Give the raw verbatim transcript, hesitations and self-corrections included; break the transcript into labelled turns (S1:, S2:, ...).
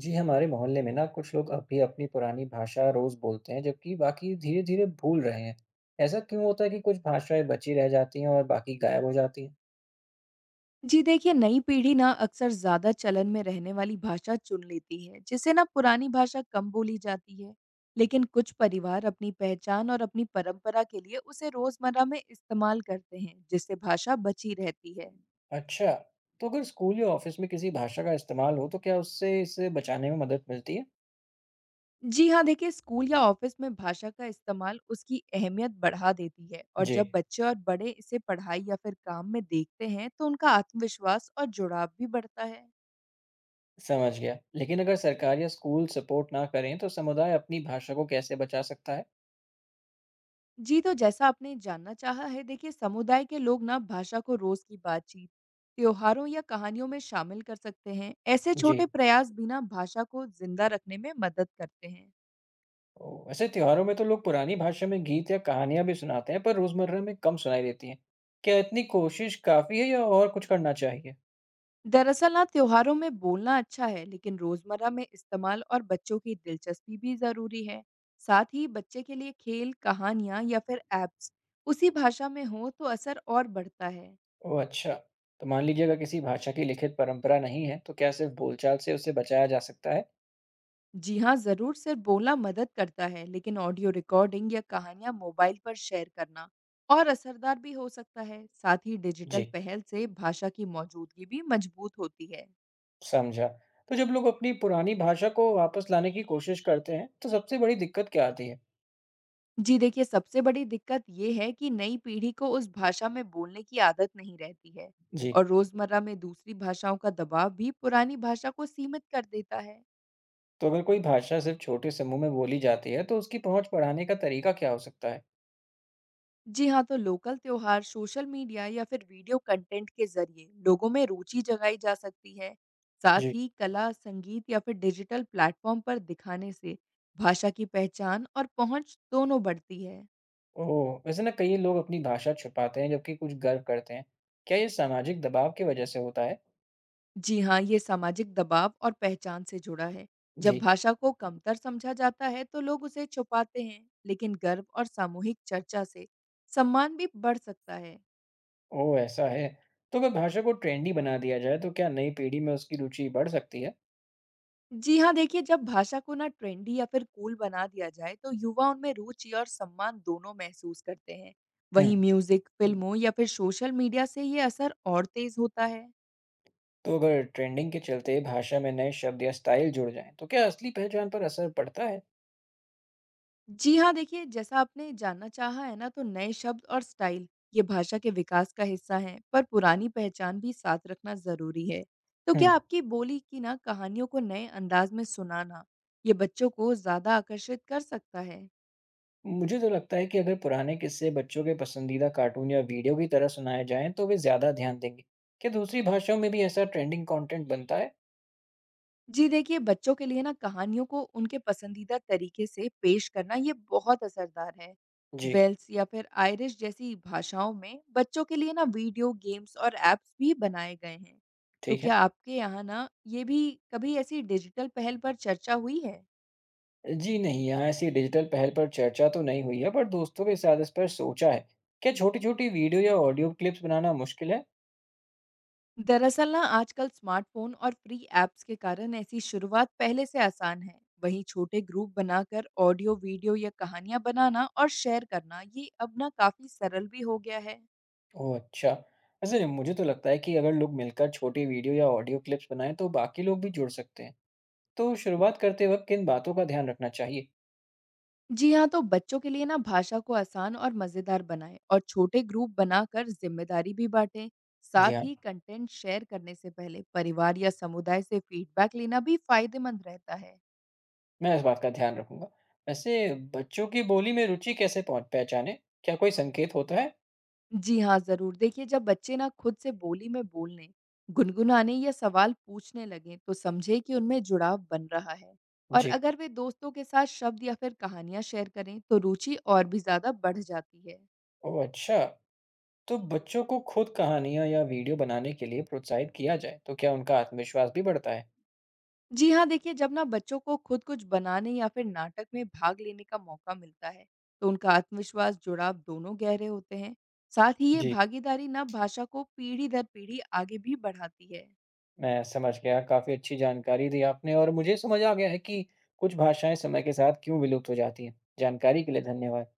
S1: जी, हमारे मोहल्ले में ना कुछ लोग अब भी अपनी पुरानी भाषा रोज बोलते हैं जबकि बाकी धीरे धीरे भूल रहे हैं। ऐसा क्यों होता है कि कुछ भाषाएं बची रह जाती हैं और बाकी गायब हो जाती हैं?
S2: जी देखिए, नई पीढ़ी ना अक्सर ज़्यादा चलन में रहने वाली भाषा चुन लेती है, जिससे ना पुरानी भाषा कम बोली जाती है। लेकिन कुछ परिवार अपनी पहचान और अपनी परंपरा के लिए उसे रोज़मर्रा में इस्तेमाल करते हैं, जिससे भाषा बची रहती है।
S1: अच्छा, तो अगर स्कूल या ऑफिस में किसी भाषा का इस्तेमाल हो तो क्या उससे इसे बचाने में मदद मिलती है?
S2: जी हाँ, देखिए स्कूल या ऑफिस में भाषा का इस्तेमाल उसकी अहमियत बढ़ा देती है, और
S1: जी,
S2: जब बच्चे और बड़े इसे पढ़ाई या फिर काम में देखते हैं, तो उनका आत्मविश्वास और जुड़ाव भी बढ़ता है।
S1: समझ गया। लेकिन अगर सरकार या स्कूल सपोर्ट ना करें तो समुदाय अपनी भाषा को कैसे बचा सकता है?
S2: जी, तो जैसा आपने जानना चाहा है, देखिए समुदाय के लोग ना भाषा को रोज़ की बातचीत, त्योहारों या कहानियों में शामिल कर सकते हैं। ऐसे
S1: जी।
S2: छोटे प्रयास भी ना भाषा को जिंदा रखने में मदद करते हैं।
S1: ओह, वैसे त्योहारों में तो लोग पुरानी भाषा में गीत या कहानियां भी सुनाते हैं पर रोजमर्रा में कम सुनाई देती हैं। क्या इतनी कोशिश काफी है या और कुछ करना चाहिए?
S2: दरअसल ना त्योहारों में बोलना अच्छा है, लेकिन रोजमर्रा में इस्तेमाल और बच्चों की दिलचस्पी भी ज़रूरी है। साथ ही बच्चे के लिए खेल, कहानियाँ या फिर ऐप्स उसी भाषा में हो, तो असर और बढ़ता है।
S1: ओह अच्छा, तो मान लीजिए अगर किसी भाषा की लिखित परंपरा नहीं है तो क्या सिर्फ बोलचाल से उसे बचाया जा सकता है?
S2: जी हाँ, ज़रूर, सिर्फ बोलना मदद करता है, लेकिन ऑडियो रिकॉर्डिंग या कहानियाँ मोबाइल पर शेयर करना और असरदार भी हो सकता है। साथ ही डिजिटल
S1: जी,
S2: पहल से भाषा की मौजूदगी भी मजबूत होती है।
S1: समझा। तो जब लोग अपनी पुरानी भाषा को वापस लाने की कोशिश करते हैं तो सबसे बड़ी दिक्कत क्या आती है?
S2: जी देखिए, सबसे बड़ी दिक्कत ये है कि नई पीढ़ी को उस भाषा में बोलने की आदत नहीं रहती है,
S1: जी।
S2: और रोज़मर्रा में दूसरी भाषाओं का दबाव भी पुरानी भाषा को सीमित कर देता है।
S1: तो अगर कोई भाषा सिर्फ छोटे समूह में बोली जाती है तो उसकी पहुंच बढ़ाने का तरीका क्या हो सकता है?
S2: जी हाँ, तो लोकल त्योहार, सोशल मीडिया या फिर वीडियो कंटेंट के ज़रिए लोगों में रुचि जगाई जा सकती है। साथ
S1: जी।
S2: ही कला, संगीत या फिर डिजिटल प्लेटफ़ॉर्म पर दिखाने से भाषा की पहचान और पहुँच दोनों बढ़ती है।
S1: ओह! वैसे ना कई लोग अपनी भाषा छुपाते हैं जबकि कुछ गर्व करते हैं। क्या ये सामाजिक दबाव की वजह से होता है?
S2: जी हाँ, ये सामाजिक दबाव और पहचान से जुड़ा है। जब
S1: जी।
S2: भाषा को कमतर समझा जाता है, तो लोग उसे छुपाते हैं, लेकिन गर्व और सामूहिक चर्चा से सम्मान भी बढ़ सकता है।
S1: ओह! ऐसा है। तो अगर भाषा को ट्रेंडी बना दिया जाए तो क्या नई पीढ़ी में उसकी रुचि बढ़ सकती है?
S2: जी हाँ, देखिए, जब भाषा को ना ट्रेंडी या फिर कूल बना दिया जाए, तो युवा उनमें रुचि और सम्मान दोनों महसूस करते हैं।
S1: हुँ।
S2: वहीं म्यूजिक, फिल्मों या फिर सोशल मीडिया से ये असर और तेज होता है।
S1: तो अगर ट्रेंडिंग के चलते भाषा में नए शब्द या स्टाइल जुड़ जाएँ तो क्या असली पहचान पर असर पड़ता है?
S2: जी हाँ, देखिए, जैसा आपने जानना चाहा है ना, तो नए शब्द और स्टाइल ये भाषा के विकास का हिस्सा हैं, पर पुरानी पहचान भी साथ रखना जरूरी है। तो
S1: हुँ।
S2: क्या आपकी बोली की ना कहानियों को नए अंदाज में सुनाना ये बच्चों को ज्यादा आकर्षित कर सकता है?
S1: मुझे तो लगता है कि अगर पुराने किस्से बच्चों के पसंदीदा कार्टून या वीडियो की तरह सुनाए जाएँ तो वे ज़्यादा ध्यान देंगे। क्या दूसरी भाषाओं में भी ऐसा ट्रेंडिंग कंटेंट बनता है?
S2: जी देखिए, बच्चों के लिए ना कहानियों को उनके पसंदीदा तरीके से पेश करना ये बहुत असरदार है।
S1: जी।
S2: वेल्स या फिर आयरिश जैसी भाषाओं में बच्चों के लिए ना वीडियो गेम्स और ऐप्स भी बनाए गए हैं। तो
S1: ठीक
S2: क्या
S1: है।
S2: आपके यहाँ ना ये भी कभी ऐसी डिजिटल पहल पर चर्चा हुई है?
S1: जी नहीं, यहाँ ऐसी डिजिटल पहल पर चर्चा तो नहीं हुई है, पर दोस्तों के साथ इस पर सोचा है। क्या छोटी-छोटी वीडियो या ऑडियो क्लिप्स बनाना मुश्किल है?
S2: दरअसल ना आजकल स्मार्टफ़ोन और फ्री ऐप्स के कारण ऐसी शुरुआत पहले से आसान है। वहीं छोटे ग्रुप बनाकर ऑडियो, वीडियो या कहानियाँ बनाना और शेयर करना ये अब ना काफ़ी सरल भी हो गया है।
S1: ओह अच्छा! वैसे मुझे तो लगता है कि अगर लोग मिलकर छोटी वीडियो या ऑडियो क्लिप्स बनाएँ तो बाकी लोग भी जुड़ सकते हैं। तो शुरुआत करते वक़्त किन बातों का ध्यान रखना चाहिए?
S2: जी हाँ, तो बच्चों के लिए ना भाषा को आसान और मज़ेदार बनाएं, और छोटे ग्रुप बनाकर जिम्मेदारी भी बांटें। साथ
S1: जी हाँ,
S2: ही कंटेंट शेयर करने से पहले परिवार या समुदाय से फीडबैक लेना भी फायदेमंद रहता है।
S1: मैं इस बात का ध्यान रखूँगा। वैसे बच्चों की बोली में रुचि कैसे पहुँच पहचानें? क्या कोई संकेत होता है?
S2: जी हाँ, ज़रूर देखिए, जब बच्चे ना खुद से बोली में बोलने, गुनगुनाने या सवाल पूछने लगें, तो समझे कि उनमें जुड़ाव बन रहा है। और
S1: जी।
S2: अगर वे दोस्तों के साथ शब्द या फिर कहानियाँ शेयर करें, तो रुचि और भी ज़्यादा बढ़ जाती है।
S1: ओह अच्छा! तो बच्चों को खुद कहानियाँ या वीडियो बनाने के लिए प्रोत्साहित किया जाए, तो क्या उनका आत्मविश्वास भी बढ़ता है?
S2: जी हाँ, देखिए, जब ना बच्चों को खुद कुछ बनाने या फिर नाटक में भाग लेने का मौका मिलता है, तो उनका आत्मविश्वास, जुड़ाव दोनों गहरे होते हैं। साथ ही ये
S1: जी,
S2: भागीदारी ना भाषा को पीढ़ी दर पीढ़ी आगे भी बढ़ाती है।
S1: मैं समझ गया। काफ़ी अच्छी जानकारी दी आपने और मुझे समझ आ गया है कि कुछ भाषाएं समय के साथ क्यों विलुप्त हो जाती हैं। जानकारी के लिए धन्यवाद।